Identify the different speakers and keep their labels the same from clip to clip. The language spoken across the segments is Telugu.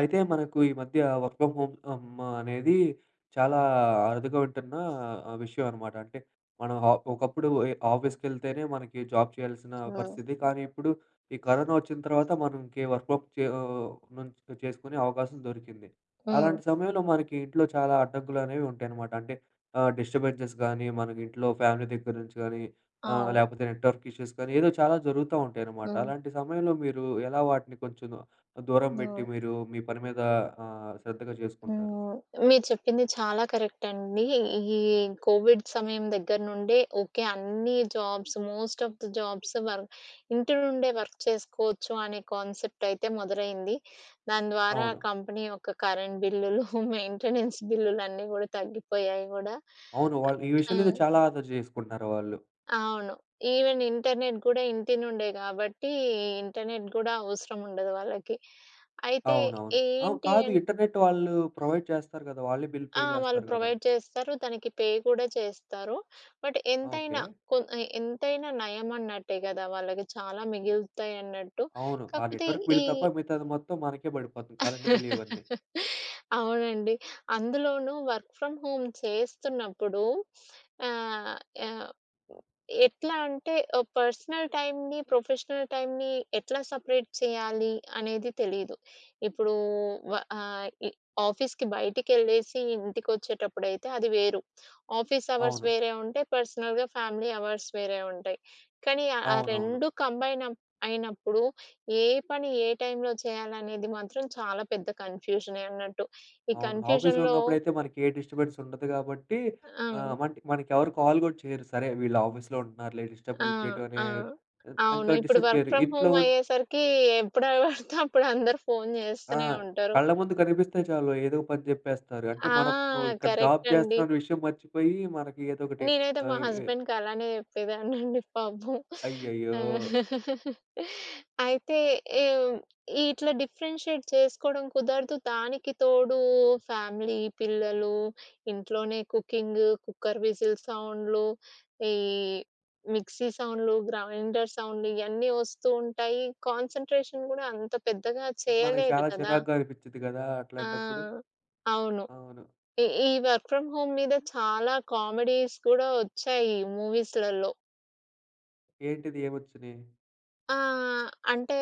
Speaker 1: అయితే మనకు ఈ మధ్య వర్క్ ఫ్రమ్ హోమ్ అనేది చాలా అరుదుగా ఉంటున్న విషయం అనమాట. అంటే మనం ఆ ఒకప్పుడు ఆఫీస్‌కెళ్తేనే మనకి జాబ్ చేయాల్సిన
Speaker 2: హ్మ్.
Speaker 1: పరిస్థితి. కానీ ఇప్పుడు ఈ కరోనా వచ్చిన తర్వాత మనకి వర్క్ ఫ్రమ్ నుంచి చేసుకునే అవకాశం దొరికింది.
Speaker 2: హ్మ్.
Speaker 1: అలాంటి
Speaker 2: హ్మ్.
Speaker 1: సమయంలో మనకి ఇంట్లో చాలా అడ్డంకులనేవి ఉంటాయన్నమాట. అంటే డిస్టర్బెన్సెస్ గానీ, మనకి ఇంట్లో ఫ్యామిలీ దగ్గర నుంచి గానీ,
Speaker 2: అవును.
Speaker 1: లేకపోతే నెట్‌వర్క్ ఇష్యూస్ కానీ ఏదో చాలా జరుగుతా ఉంటాయన్నమాట.
Speaker 2: హ్మ్.
Speaker 1: అలాంటి సమయంలో మీరు ఎలా వాటిని కొంచెం దూరం
Speaker 2: హ్మ్.
Speaker 1: పెట్టి మీరు మీ పని మీద శ్రద్ధగా చేసుకుంటారు?
Speaker 2: హ్మ్. మీరు చెప్పింది చాలా కరెక్ట్ అండి. ఈ కోవిడ్ సమయం దగ్గర నుండే ఓకే. అన్ని jobs, most of the jobs ఇంటి నుండే వర్క్ చేసుకోవచ్చు అనే కాన్సెప్ట్ అయితే మొదలైంది. దాని ద్వారా
Speaker 1: అవును.
Speaker 2: కంపెనీ యొక్క కరెంట్ బిల్లులు, మెయింటెనెన్స్ బిల్లులన్నీ గూడా తగ్గిపోయాయి గూడా.
Speaker 1: అవును, వాళ్ళు ఈ
Speaker 2: ఆ!
Speaker 1: విషయంలో అయితే చాలా ఆదా చేసుకుంటున్నారు వాళ్ళు.
Speaker 2: అవును. ఈవెన్ ఇంటర్నెట్ గూడా ఇంటి నుండే గాబట్టి, ఇంటర్నెట్ గూడా అవసరం ఉండదు వాళ్ళకి. అయితే
Speaker 1: అవునవును. అవును.
Speaker 2: ఏంటి
Speaker 1: కాదు,
Speaker 2: అన్
Speaker 1: ఇంటర్నెట్ వాళ్ళు ప్రొవైడ్ చేస్తారు కదా! వాళ్ళే బిల్ పే
Speaker 2: ఆ! వాళ్ళు
Speaker 1: చేస్తారు కదా!
Speaker 2: ప్రొవైడ్ చేస్తారు. దానికి పే కూడా చేస్తారు. బట్
Speaker 1: ఆ! ఓకే.
Speaker 2: ఎంతైనా కొ ఎ ఎంతైనా నయమన్నట్టే గదా! వాళ్ళకి చాలా మిగులుతాయన్నట్టు.
Speaker 1: అవును, ఆ
Speaker 2: కాకపోతే
Speaker 1: నెట్వర్క్ బిల్
Speaker 2: ఈ
Speaker 1: తప్ప మిగతాది మొత్తం మనకే పడిపోతుంది. కరెంట్ బిల్ ఇవన్నీ.
Speaker 2: అవునండి. అందులోనూ వర్క్ ఫ్రమ్ హోమ్ చేస్తున్నప్పుడు, ఆహ్, ఆహ్, ఎట్లా అంటే పర్సనల్ టైమ్‌ని, ప్రొఫెషనల్ టైమ్‌ని ఎట్లా సెపరేట్ చేయాలి అనేది తెలీదు. ఇప్పుడు వ ఆహ్, ఇ ఆఫీస్‌కి బయటికెళ్ళేసి ఇంటికొచ్చేటప్పుడైతే అది వేరు. ఆఫీస్ అవర్స్
Speaker 1: అవును.
Speaker 2: వేరే ఉంటాయి. పర్సనల్‌గా ఫ్యామిలీ అవర్స్ వేరే ఉంటాయి. కానీ ఆ
Speaker 1: అవునవును.
Speaker 2: 2 కంబైన్ అప్ అయినప్పుడు ఏ పని ఏ టైంలో చేయాలనేది మాత్రం చాలా పెద్ద కన్‌ఫ్యూజనే అన్నట్టు. ఈ
Speaker 1: అవును. ఆఫీస్‌లో
Speaker 2: కన్‌ఫ్యూజన్‌లో
Speaker 1: ఉన్నప్పుడైతే మనకి ఏ డిస్టర్బెన్స్ ఉండదు కాబట్టి
Speaker 2: ఆ!
Speaker 1: ఆహ్, మంట్ మనకెవరు కాల్ కూడా చేయరు. సరే వీళ్ళు ఆఫీస్‌లో ఉంటున్నారులే,
Speaker 2: ఆ!
Speaker 1: డిస్టర్బెన్స్ చేయటం అనే
Speaker 2: ఆ!
Speaker 1: ఇంకా
Speaker 2: అవును. ఇప్పుడు
Speaker 1: డిస్టర్బ్
Speaker 2: వర్క్
Speaker 1: చేయరు.
Speaker 2: ఫ్రమ్
Speaker 1: ఇంట్లో
Speaker 2: హోమ్
Speaker 1: ఉం
Speaker 2: అయ్యేసరికి ఎప్పుడు పడితే అప్పుడు అందరూ ఫోను
Speaker 1: ఆ!
Speaker 2: చేస్తూనే ఉంటారు.
Speaker 1: కళ్ళ ముందు కనిపిస్తే చాలు ఏదో పని జెప్పేస్తారు. అంటే
Speaker 2: ఆ!
Speaker 1: మనం ఇక్కడ జాబ్
Speaker 2: కరెక్ట్ అండి.
Speaker 1: చేస్తున్నాం అనే విషయం మర్చిపోయి మనకి ఏదో ఒకటి
Speaker 2: నేనైతే మా
Speaker 1: ఆహ్, ఎ
Speaker 2: హస్బెండ్‌కి అలానే చెప్పేదాన్నండి పాపం.
Speaker 1: అయ్యయ్యో!
Speaker 2: ఆ! అయితే ఏం ఇట్లా డిఫరెన్షియేట్ చేసుకోవడం కుదరదు. దానికి తోడు ఫ్యామిలీ, పిల్లలు, ఇంట్లోనే కుకింగ్, కుక్కర్ విజిల్ సౌండ్‌లు, ఈ మిక్సీ సౌండ్‌లు, గ్రైండర్ సౌండ్‌లు ఇయన్నీ వస్తూ ఉంటాయి. కాన్సంట్రేషన్ గూడా అంత పెద్దగా
Speaker 1: మనకి
Speaker 2: చేయలేరు
Speaker 1: చాలా
Speaker 2: కదా!
Speaker 1: చిరాకుగా అనిపిచ్చిద్ది గదా! అట్లాంటప్పుడు.
Speaker 2: ఆ! అవును.
Speaker 1: అవును.
Speaker 2: ఈ ఈ వర్క్ ఫ్రమ్ హోమ్ మీద చాలా కామెడీస్ కూడా వచ్చాయి మూవీస్‌లలో.
Speaker 1: ఏంటిది? ఏమొచ్చినియి?
Speaker 2: ఆ! అంటే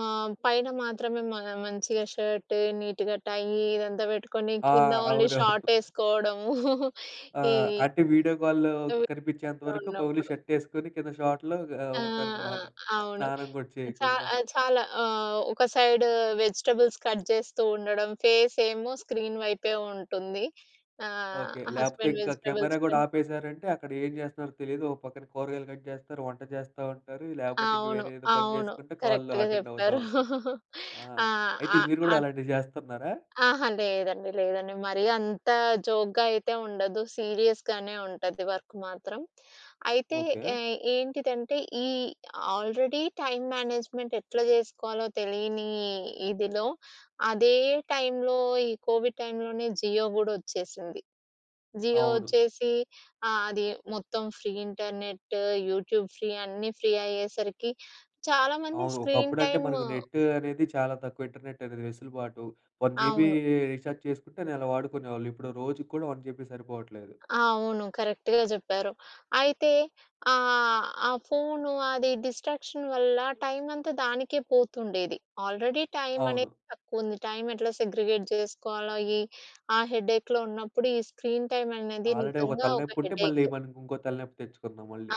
Speaker 2: పైన మాత్రమే మంచిగా షర్ట్, నీట్‌గా టై ఇదంతా పెట్టుకొని
Speaker 1: ఆ!
Speaker 2: కింద ఓన్లీ
Speaker 1: అవునవును.
Speaker 2: షార్ట్ ఏసుకోవడము.
Speaker 1: ఆ!
Speaker 2: ఈ
Speaker 1: అంటే వీడియో కాల్‌లో కనిపించేంత
Speaker 2: వీటిలో
Speaker 1: వరకు పౌలు
Speaker 2: ఉన్నప్పుడు.
Speaker 1: షర్ట్ ఏసుకొని కింద షార్ట్‌లో
Speaker 2: ఆ! ఆ!
Speaker 1: ఉంటారనమాట.
Speaker 2: అవును.
Speaker 1: స్నానం గూడా
Speaker 2: చా
Speaker 1: చేయకుండా.
Speaker 2: చాలా ఒక సైడ్ వెజిటబుల్స్ కట్ చేస్తూ ఉండడం, ఫేస్ ఏమో స్క్రీన్ వైపే ఉంటుంది. ఆహ్,
Speaker 1: ఓకే. లేపోతే
Speaker 2: హస్బెండ్
Speaker 1: ఇంకా కెమెరా
Speaker 2: వెజిటబుల్స్
Speaker 1: గూడా
Speaker 2: కట్.
Speaker 1: ఆపేసారంటే అక్కడ ఏం జేస్తున్నారో తెలీదు. ఓ పక్కన కూరగాయలు కట్ జేస్తారు, వంట చేస్తా ఉంటారు. లేపోతే ఇంక
Speaker 2: అవును.
Speaker 1: వేరే ఏదో పని
Speaker 2: అవును.
Speaker 1: జేసుకుంటే కాల్‌లో
Speaker 2: కరెక్ట్‌గా
Speaker 1: అటెండ్ అవుతా
Speaker 2: చెప్పారు.
Speaker 1: ఉంటారు. ఆ!
Speaker 2: ఆ!
Speaker 1: అయితే
Speaker 2: ఆహ్,
Speaker 1: మీరు గూడా
Speaker 2: అట్
Speaker 1: అలాంటివి జేస్తున్నారా?
Speaker 2: అహా! లేదండి. లేదండి. మరీ అంత జోక్‌గా అయితే ఉండదు. సీరియస్‌గానే ఉంటది వర్క్ మాత్రం. అయితే
Speaker 1: ఓకే.
Speaker 2: ఏ ఏంటిదంటే, ఈ ఆల్రెడీ టైమ్ మేనేజ్‌మెంట్ ఎట్లా జేసుకోవాలో తెలియని ఇదిలో, అదే టైంలో, ఈ కోవిడ్ టైంలోనే జియో గూడా ఒచ్చేసింది. జియో
Speaker 1: అవును.
Speaker 2: వచ్చేసి అది మొత్తం ఫ్రీ ఇంటర్నెట్, యూట్యూబ్ ఫ్రీ, అన్నీ ఫ్రీ అయ్యేసరికి చాలామంది
Speaker 1: అవును.
Speaker 2: స్క్రీన్
Speaker 1: ఒకప్పుడంటే
Speaker 2: టైమ్.
Speaker 1: మనకు నెట్ అనేది చాలా తక్కువ. ఇంటర్నెట్ అనేది వెసులుబాటు. 1 జీబీ
Speaker 2: అవును.
Speaker 1: రీచార్జ్ చేసుకుంటే నెల వాడుకునేవాళ్ళు. ఇప్పుడు రోజుకి కూడా 1 జీబీ సరిపోవట్లేదు.
Speaker 2: అవును. కరెక్ట్‌గా జెప్పారు. అయితే ఆ ఫోను అది డిస్ట్రాక్షన్ వల్ల టైమ్ అంతా దానికే పోతుండేది. ఆల్రెడీ టైమ్
Speaker 1: అవును.
Speaker 2: అనేది తక్కువుంది. టైమ్ ఎట్లా సెగ్రిగేట్ జేసుకోవాలో ఈ ఆ హెడేక్‌లో ఉన్నప్పుడు ఈ స్క్రీన్ టైమ్ అనేది
Speaker 1: ఆల్రెడీ ఒక
Speaker 2: నిజంగా ఒక
Speaker 1: తలనొప్పుంటే మళ్ళీ
Speaker 2: హెడేక్.
Speaker 1: మనకింకో తలనొప్పి తెచ్చుకున్నాం మళ్ళీ.
Speaker 2: ఆ!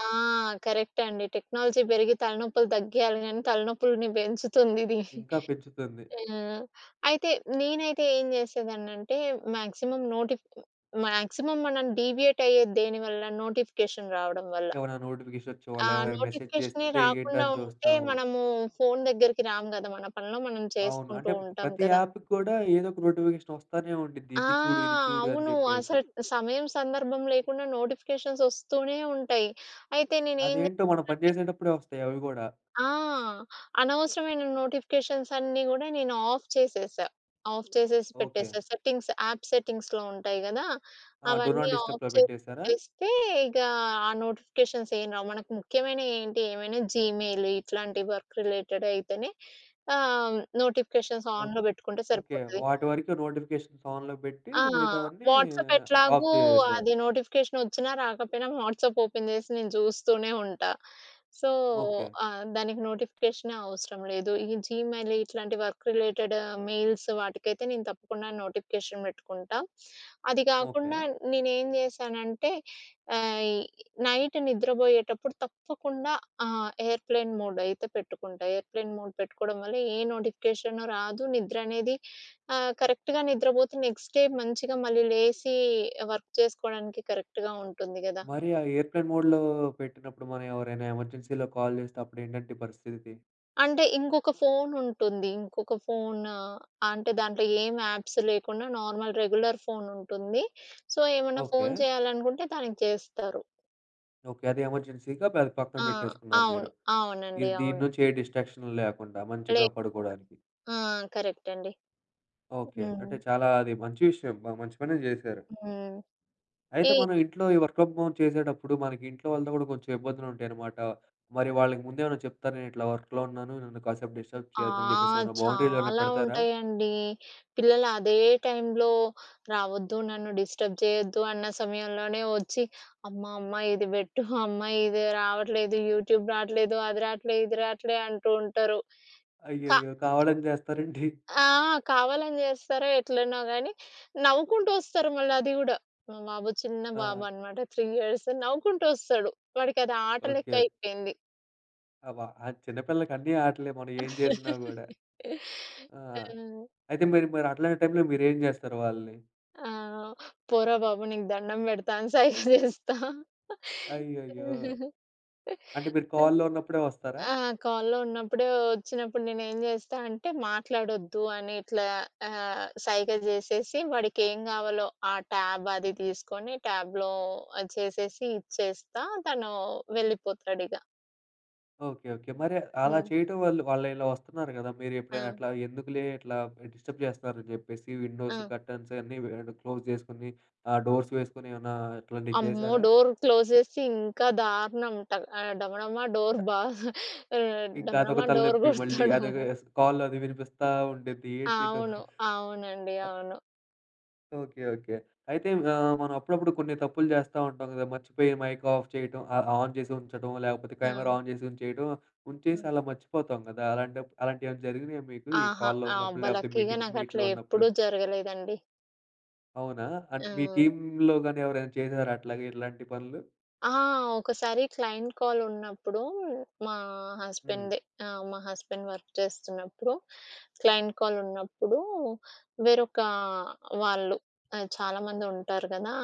Speaker 2: కరెక్టే అండి. టెక్నాలజీ పెరిగి తలనొప్పులు తగ్గియాలి గానీ, తలనొప్పులని పెంచుతుందిది.
Speaker 1: ఇంకా పెంచుతుంది.
Speaker 2: ఆహ్, అయితే నేనైతే ఏం చేసేదాన్నంటే మాక్సిమం నోటిఫ్ మాక్సిమం మనం డీవియేట్ అయ్యేది దేనివల్ల? నోటిఫికేషన్ రావడం వల్ల.
Speaker 1: ఏవన్నా నోటిఫికేషన్
Speaker 2: ఆ
Speaker 1: వచ్చేవాళ్ళు, ఎవరైనా మెసేజ్
Speaker 2: నోటిఫికేషనే
Speaker 1: చేస్తే ఏంటా
Speaker 2: రాకుండా
Speaker 1: అని
Speaker 2: ఉంటే
Speaker 1: చూస్తాము.
Speaker 2: మనము ఫోను దగ్గరికి రాము గదా! మన పనిలో మనం
Speaker 1: అవును. అంటే
Speaker 2: చేసుకుంటూ ఉంటాం
Speaker 1: ప్రతి
Speaker 2: కదా!
Speaker 1: యాప్‌కి కూడా ఏదో ఒక నోటిఫికేషన్ వస్తానే ఉండిద్ది.
Speaker 2: ఆ!
Speaker 1: ఇది చూడు, ఇది చూడు అని
Speaker 2: అవును.
Speaker 1: చెప్పేసి.
Speaker 2: అసలు సమయం, సందర్భం లేకుండా నోటిఫికేషన్స్ వస్తూనే ఉంటాయి. అయితే నేనేం
Speaker 1: అదేంటో మనం పని
Speaker 2: చేస్తానంటే
Speaker 1: చేసేటప్పుడే వస్తాయి అవి కూడా.
Speaker 2: ఆ అనవసరమైన నోటిఫికేషన్స్ అన్నీ గూడా నేను ఆఫ్ చేసేసా. ఆఫ్ చేసేసి
Speaker 1: ఓకే.
Speaker 2: పెట్టేసా. సెట్టింగ్స్, యాప్ సెట్టింగ్స్‌లో ఉంటాయి గదా!
Speaker 1: ఆ! డూ
Speaker 2: అవన్నీ
Speaker 1: నాట్
Speaker 2: ఆఫ్
Speaker 1: డిస్టర్బ్‌లో
Speaker 2: చేసి
Speaker 1: పెట్టేసారా?
Speaker 2: పెట్టేస్తే ఇక ఆ నోటిఫికేషన్స్ ఏం రావు. మనకు ముఖ్యమైనయి ఏంటి, ఏమైనా జీమెయిల్ ఇట్లాంటి వర్క్ రిలేటెడ్ అయితేనే ఆహ్, నోటిఫికేషన్స్
Speaker 1: ఓ
Speaker 2: ఆన్‌లో బెట్టుకుంటే
Speaker 1: ఓకే.
Speaker 2: సరిపోతది.
Speaker 1: వాటి వరకు నోటిఫికేషన్స్ ఆన్‌లో పెట్టి
Speaker 2: ఆ!
Speaker 1: మిగతావన్నీ
Speaker 2: వాట్సాప్
Speaker 1: ఆఫ్
Speaker 2: ఎట్లాగూ
Speaker 1: చేసేసారు.
Speaker 2: అది నోటిఫికేషనొచ్చినా, రాకపోయినా వాట్సాప్ ఓపెన్ జేసి నేను జూస్తూనే ఉంటా. So,
Speaker 1: okay.
Speaker 2: దానికి నోటిఫికేషనే అవసరం లేదు. ఈ జీమెయిల్ ఇట్లాంటి వర్క్ రిలేటెడ్ మెయిల్స్ వాటికైతే నేను తప్పకుండా నోటిఫికేషన్ బెట్టుకుంటా. అది
Speaker 1: ఓకే.
Speaker 2: గాకుండా నేనేం జేశానంటే, ఆహ్, ఈ నైట్ నిద్రబోయేటప్పుడు తప్పకుండా ఎయిర్‌ప్లేన్ మోడ్ అయితే పెట్టుకుంటా. ఎయిర్‌ప్లేన్ మోడ్ పెట్టుకోవడం వల్ల ఏ నోటిఫికేషను రాదు. నిద్రనేది ఆ! కరెక్ట్‌గా నిద్రబోతే నెక్స్ట్ డే మంచిగా మళ్ళీ లేసి వర్క్ చేసుకోవడానికి కరెక్ట్‌గా ఉంటుంది గదా!
Speaker 1: మరి ఆ ఎయిర్‌ప్లేన్ మోడ్‌లో పెట్టినప్పుడు మనం ఎవరైనా ఎమర్జెన్సీలో కాల్ చేస్తే అప్పుడేంటంటే పరిస్థితి?
Speaker 2: అంటే ఇంకొక ఫోన్ ఉంటుంది. ఇంకొక ఫోన్, అంటే దాంట్లో ఏం యాప్స్ లేకుండా నార్మల్ రెగ్యులర్ ఫోన్ ఉంటుంది. సో, ఏమన్నా
Speaker 1: ఓకే.
Speaker 2: ఫోన్ చేయాలనుకుంటే దానికి చేస్తారు.
Speaker 1: ఓకే, అది ఎమర్జెన్సీగా అది పక్కన
Speaker 2: ఆ!
Speaker 1: పెట్టేసుకున్నారు మీరు.
Speaker 2: అవును. అవునండి.
Speaker 1: ఇది దీని
Speaker 2: అవును.
Speaker 1: నుంచి ఏ డిస్ట్రాక్షన్ లేకుండా
Speaker 2: లే
Speaker 1: మంచిగా పడుకోవడానికి.
Speaker 2: ఆ! కరెక్ట్ అండి.
Speaker 1: ఓకే.
Speaker 2: హ్మ్.
Speaker 1: అంటే చాలా అది మంచి విషయం. మంచి పనే జేశారు.
Speaker 2: హ్మ్.
Speaker 1: అయితే
Speaker 2: ఈ
Speaker 1: మనం ఇంట్లో ఈ వర్క్ ఫ్రమ్ హోమ్ చేసేటప్పుడు మనకి ఇంట్లో వాళ్ళతో గూడా కొంచెం ఇబ్బందులుంటాయనమాట. మరి వాళ్ళకి ముందేమైనా చెప్తారా? నేను ఇట్లా వర్క్‌లో ఉన్నాను, నన్ను కాసేపు డిస్టర్బ్
Speaker 2: ఆ!
Speaker 1: చేయొద్దని జెప్పేసి ఏమైనా బౌండరీలు ఏమైనా
Speaker 2: చాలా
Speaker 1: పెడతారా?
Speaker 2: ఉంటాయండి. పిల్లలు అదే టైంలో, రావద్దు, నన్ను డిస్టర్బ్ చేయొద్దు అన్న సమయంలోనే వచ్చి, "అమ్మ, అమ్మ ఇది పెట్టు, అమ్మ ఇది రావట్లేదు, యూట్యూబ్ రావట్లేదు, అది రావట్లే, ఇది రావట్లే" అంటూ ఉంటారు. కా
Speaker 1: అయ్యయ్యో! కావాలని జేస్తారేంటి?
Speaker 2: ఆ! కావాలని చేస్తారో ఎట్లనో గానీ, నవ్వుకుంటూ వస్తారు మళ్ళీ అది గూడా. మా బాబు, చిన్న
Speaker 1: ఆ!
Speaker 2: బాబు అన్నమాట, 3 ఇయర్స్, నవ్వుకుంటూ వస్తాడు. వాడికది ఆట లెక్క
Speaker 1: ఓకే.
Speaker 2: అయిపోయింది.
Speaker 1: అవ ఆ చిన్న పిల్లలకి అన్నీ ఆటలే. మనం ఏం జేసినా గూడా. ఆ!
Speaker 2: ఆ!
Speaker 1: అయితే మరి మరి అట్లాంటి టైంలో మీరేం జేస్తారు వాళ్ళని?
Speaker 2: ఆ! "పోరా బాబు నీకు దండం పెడతా" అని సైగ చేస్తా.
Speaker 1: అయ్యయ్యో! అంటే మీరు కాల్‌లో
Speaker 2: అంటే
Speaker 1: ఉన్నప్పుడే వస్తారా?
Speaker 2: ఆ! కాల్‌లో ఉన్నప్పుడు వచ్చినప్పుడు నేనేం చేస్తా అంటే మాట్లాడొద్దు అని ఇట్లా సైగ చేసేసి వాడికేం కావాలో ఆ ట్యాబ్ అది తీసుకొని ట్యాబ్‌లో అది చేసేసి ఇచ్చేస్తా. తను వెళ్ళిపోతాడిగ.
Speaker 1: ఓకే. ఓకే. మరి అలా
Speaker 2: హ్మ్.
Speaker 1: చేయటం వల్ల వాళ్ళిలా వస్తున్నారు గదా!
Speaker 2: ఆ!
Speaker 1: మీరెప్పుడైనా అట్లా ఎందుకులే ఇట్లా డిస్టర్బ్ జేస్తున్నారని జెప్పేసి విండోస్,
Speaker 2: ఆ!
Speaker 1: కర్టెన్స్ అన్నీ క్లోజ్ జేసుకొని డోర్స్ వేసుకొని ఏమన్నా అట్లాంటివి
Speaker 2: అమ్మో!
Speaker 1: చేశారా?
Speaker 2: డోర్ క్లోజ్ చేసి ఇంకా దారుణం. ట ఆహ్, డమడమా డోర్ బా ఆహ్,
Speaker 1: ఇంకా అదొక
Speaker 2: డమడమా డోర్
Speaker 1: తలనొప్పి, మళ్ళీ
Speaker 2: కొడతాడు.
Speaker 1: అదొక కాల్‌లో అది వినిపిస్తా ఉండిద్ది. ఏంటి
Speaker 2: అవును.
Speaker 1: డోర్?
Speaker 2: అవునండి. అవును.
Speaker 1: ఓకే. ఓకే. అయితే మనం అప్పుడప్పుడు కొన్ని తప్పులు జేస్తా ఉంటాం గదా! మర్చిపోయి మైక్ ఆఫ్ చేయటం, ఆన్ చేసి ఉంచడం, లేకపోతే
Speaker 2: ఆ!
Speaker 1: కెమెరా ఆన్ చేసి ఉంచేయడం, ఉంచేసి
Speaker 2: హ్మ్.
Speaker 1: అలా మర్చిపోతాం గదా! అలాంటియేమైనా జరిగినాయా మీకు ఈ
Speaker 2: ఆహా!
Speaker 1: కాల్‌లో
Speaker 2: ఆ,
Speaker 1: ఉన్నప్పుడు,
Speaker 2: అబ్బా!
Speaker 1: లేకపోతే
Speaker 2: లక్కీగా
Speaker 1: మీటింగ్
Speaker 2: నాకట్లా
Speaker 1: మీట్‌లో ఉన్నప్పుడు?
Speaker 2: ఎప్పుడూ జరగలేదండి.
Speaker 1: అవునా? అంటే
Speaker 2: ఆ!
Speaker 1: మీ టీమ్‌లో గాని ఎవరైనా చేసారా అట్లాగే ఇలాంటి పనులు?
Speaker 2: ఆ! ఒకసారి క్లయింట్ కాల్ ఉన్నప్పుడు మా
Speaker 1: హ్మ్.
Speaker 2: హస్బెండ్‌దే. ఆ! మా హస్బెండ్ వర్క్ చేస్తున్నప్పుడు క్లయింట్ కాల్ ఉన్నప్పుడు వేరొక వాళ్ళు, చాలామంది ఉంటారు గదా!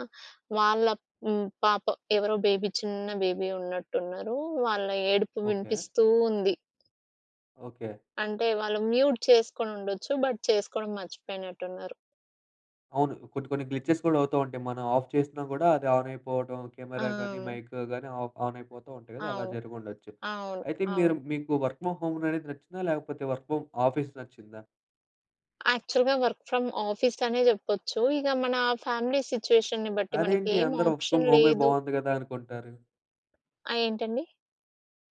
Speaker 2: వాళ్ళ హ్మ్. పాప ఎవరో బేబీ, చిన్న బేబీ ఉన్నట్టున్నారు. వాళ్ళ ఏడుపు
Speaker 1: ఓకే.
Speaker 2: వినిపిస్తూ ఉంది.
Speaker 1: ఓకే.
Speaker 2: అంటే వాళ్ళు మ్యూట్ చేసుకొనుండొచ్చు. బట్ చేసుకోవడం మర్చిపోయినట్టున్నారు.
Speaker 1: అవును, కొన్ని కొన్ని గ్లిచెస్ కూడా అవుతా ఉంటాయి. మనం ఆఫ్ చేసినా కూడా అది ఆన్ అయిపోవటం,
Speaker 2: ఆ!
Speaker 1: కెమెరా గాని, మైక్ గాని ఆఫ్ ఆన్ అయిపోతూ ఉంటాయి కదా! అలా
Speaker 2: అవును.
Speaker 1: జరిగుండొచ్చు.
Speaker 2: అవును.
Speaker 1: అయితే
Speaker 2: అవును.
Speaker 1: మీరు, మీకు వర్క్ ఫ్రమ్ హోమ్ అనేది నచ్చిందా? లేకపోతే వర్క్ ఫ్రమ్ ఆఫీస్ నచ్చిందా?
Speaker 2: యాక్చువల్‌గా వర్క్ ఫ్రమ్ ఆఫీస్ అనే జెప్పొచ్చు. ఇక మన ఫ్యామిలీ సిట్యుయేషన్‌ని బట్టి మనకి
Speaker 1: అదేంటి,
Speaker 2: ఏం
Speaker 1: అందరూ వర్క్ ఫ్రమ్
Speaker 2: ఆప్షన్
Speaker 1: హోమే
Speaker 2: లేదు.
Speaker 1: బావుంది కదా అనుకుంటారు.
Speaker 2: ఆ! ఏంటండి?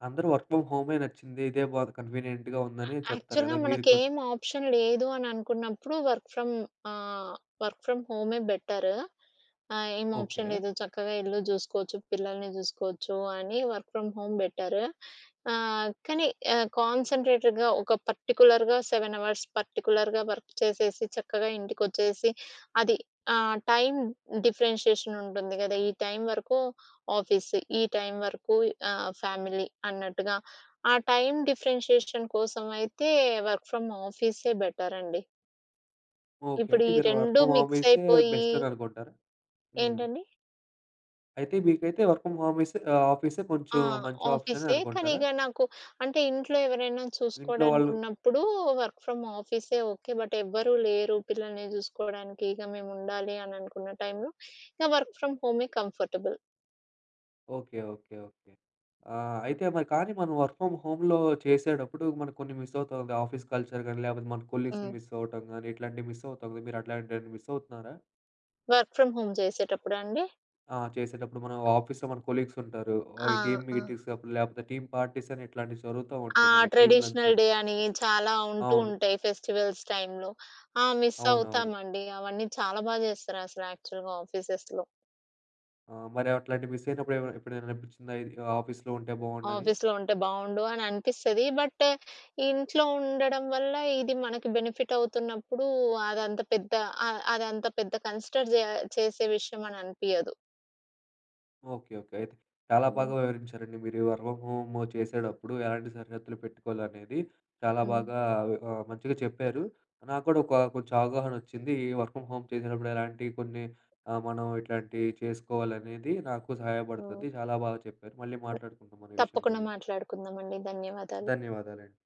Speaker 1: అందరూ వర్క్ ఫ్రమ్ హోమే నచ్చింది, ఇదే బా కన్వీనియంట్‌గా ఉందని చెప్తారు
Speaker 2: యాక్చువల్‌గా
Speaker 1: కదా! మీరు
Speaker 2: మనకేం ఆప్షన్ లేదు అని అనుకున్నప్పుడు ఆహ్, వర్క్ ఫ్రమ్ హోమే బెటర్. ఆహ్, ఏం
Speaker 1: ఓకే.
Speaker 2: ఆప్షన్ లేదు, చక్కగా ఇల్లు జూసుకోవచ్చు, పిల్లల్ని జూసుకోవచ్చు అని వర్క్ ఫ్రమ్ హోమ్ బెటర్. కానీ కాన్సంట్రేటెడ్‌గా ఒక పర్టిక్యులర్‌గా 7 అవర్స్ పర్టిక్యులర్‌గా వర్క్ చేసేసి చక్కగా ఇంటికొచ్చేసి అది టైమ్ డిఫరెన్షియేషన్ ఉంటుంది గదా! ఈ టైం వరకు ఆఫీస్, ఈ టైం వరకు ఫ్యామిలీ అన్నట్టుగా, ఆ టైమ్ డిఫరెన్షియేషన్ కోసం అయితే వర్క్ ఫ్రమ్ ఆఫీసే బెటర్ అండి.
Speaker 1: ఓకే.
Speaker 2: ఇప్పుడు
Speaker 1: అయితే
Speaker 2: ఈ
Speaker 1: మీరు వర్క్
Speaker 2: 2
Speaker 1: ఫ్రమ్
Speaker 2: మిక్స్
Speaker 1: ఆఫీసే
Speaker 2: అయిపోయి
Speaker 1: బెస్ట్ అని అనుకుంటారా? హ్మ్.
Speaker 2: ఏంటండి?
Speaker 1: అయితే మీకైతే వర్క్ ఫ్రమ్ హోమ్, ఆఫీసే
Speaker 2: ఆ!
Speaker 1: కొంచెం మంచి ఆప్షన్ అని
Speaker 2: ఆఫీసే. కానీ
Speaker 1: అనుకుంటారా?
Speaker 2: ఇక నాకు, అంటే ఇంట్లో ఎవరైనా
Speaker 1: ఇంట్లో
Speaker 2: చూసుకోవడానికి
Speaker 1: వాళ్ళు
Speaker 2: ఉన్నప్పుడు వర్క్ ఫ్రమ్ ఆఫీసే ఓకే. బట్ ఎవ్వరూ లేరు పిల్లల్ని చూసుకోవడానికి. ఇక మేము ఉండాలి అని అనుకున్న టైంలో ఇక వర్క్ ఫ్రమ్ హోమే కంఫర్టబుల్.
Speaker 1: ఓకే. ఓకే. ఓకే. అయితే మరి కానీ మనం వర్క్ ఫ్రమ్ హోమ్‌లో చేసేటప్పుడు మనకు కొన్ని మిస్ అవుతాం కదా! ఆఫీస్ కల్చర్ గాని, లేకపోతే మన కొలీగ్స్‌ని
Speaker 2: హ్మ్.
Speaker 1: మిస్ అవ్వటం గాని, ఇట్లాంటివి మిస్ అవుతాం కదా! మీరు అట్లాంటివేమైనా మిస్ అవుతున్నారా?
Speaker 2: వర్క్ ఫ్రమ్ హోమ్ చేసేటప్పుడా అండి?
Speaker 1: ఆ! చేసేటప్పుడు మనం ఆఫీస్‌లో మన కొలీగ్స్ ఉంటారు. ఆ,
Speaker 2: ఆ!
Speaker 1: ఈ టీమ్
Speaker 2: ఆ!
Speaker 1: మీటింగ్స్ అప్పుడు, లేకపోతే టీమ్ పార్టీస్ అని ఇట్లాంటివి జరుగుతా
Speaker 2: ఆ!
Speaker 1: ఉంటాయి. మనకి టీమ్ లంచ్
Speaker 2: ట్రెడిషనల్
Speaker 1: అని.
Speaker 2: డే అని చాలా ఉంటూ
Speaker 1: అవును.
Speaker 2: ఉంటాయి ఫెస్టివల్స్ టైమ్‌లో. ఆ! మిస్
Speaker 1: అవునవును.
Speaker 2: అవుతామండి. అవన్నీ చాలా బా జేస్తారసలు యాక్చువల్‌గా ఆఫీసెస్‌లో.
Speaker 1: ఆ! మరి అట్లాంటివి మిస్ అయినప్పుడు ఏమైనా ఎప్పుడైనా అనిపించిందా? ఇది ఆఫీస్‌లో ఉంటే బాగుండని?
Speaker 2: ఆఫీస్‌లో ఉంటే బావుండు అని అనిపిస్తది. బట్ ఇంట్లో ఉండడం వల్ల ఇది మనకి బెనిఫిట్ అవుతున్నప్పుడు అదంత పెద్ద అ అదంత పెద్ద కన్సిడర్ జే చేసే విషయం అని అనిపియదు.
Speaker 1: ఓకే. ఓకే. అయితే చాలా
Speaker 2: హ్మ్.
Speaker 1: బాగా వివరించారండి. మీరు వర్క్ ఫ్రమ్ హోమ్ చేసేటప్పుడు ఎలాంటి సరిహద్దులు పెట్టుకోవాలనేది చాలా
Speaker 2: హ్మ్.
Speaker 1: బాగా మంచిగా చెప్పారు. నాకు కూడా ఒక కొంచెం అవగాహన వచ్చింది. ఈ వర్క్ ఫ్రమ్ హోమ్ చేసేటప్పుడు ఎలాంటి కొన్ని మనం ఇట్లాంటివి చేసుకోవాలనేది నాకు
Speaker 2: హ్మ్.
Speaker 1: సహాయపడుతది. చాలా బాగా చెప్పారు. మళ్ళీ మాట్లాడుకుందాం మన విషయం
Speaker 2: తప్పకుండా
Speaker 1: గురించి.
Speaker 2: మాట్లాడుకుందామండి. ధన్యవాదాలు.
Speaker 1: ధన్యవాదాలండి.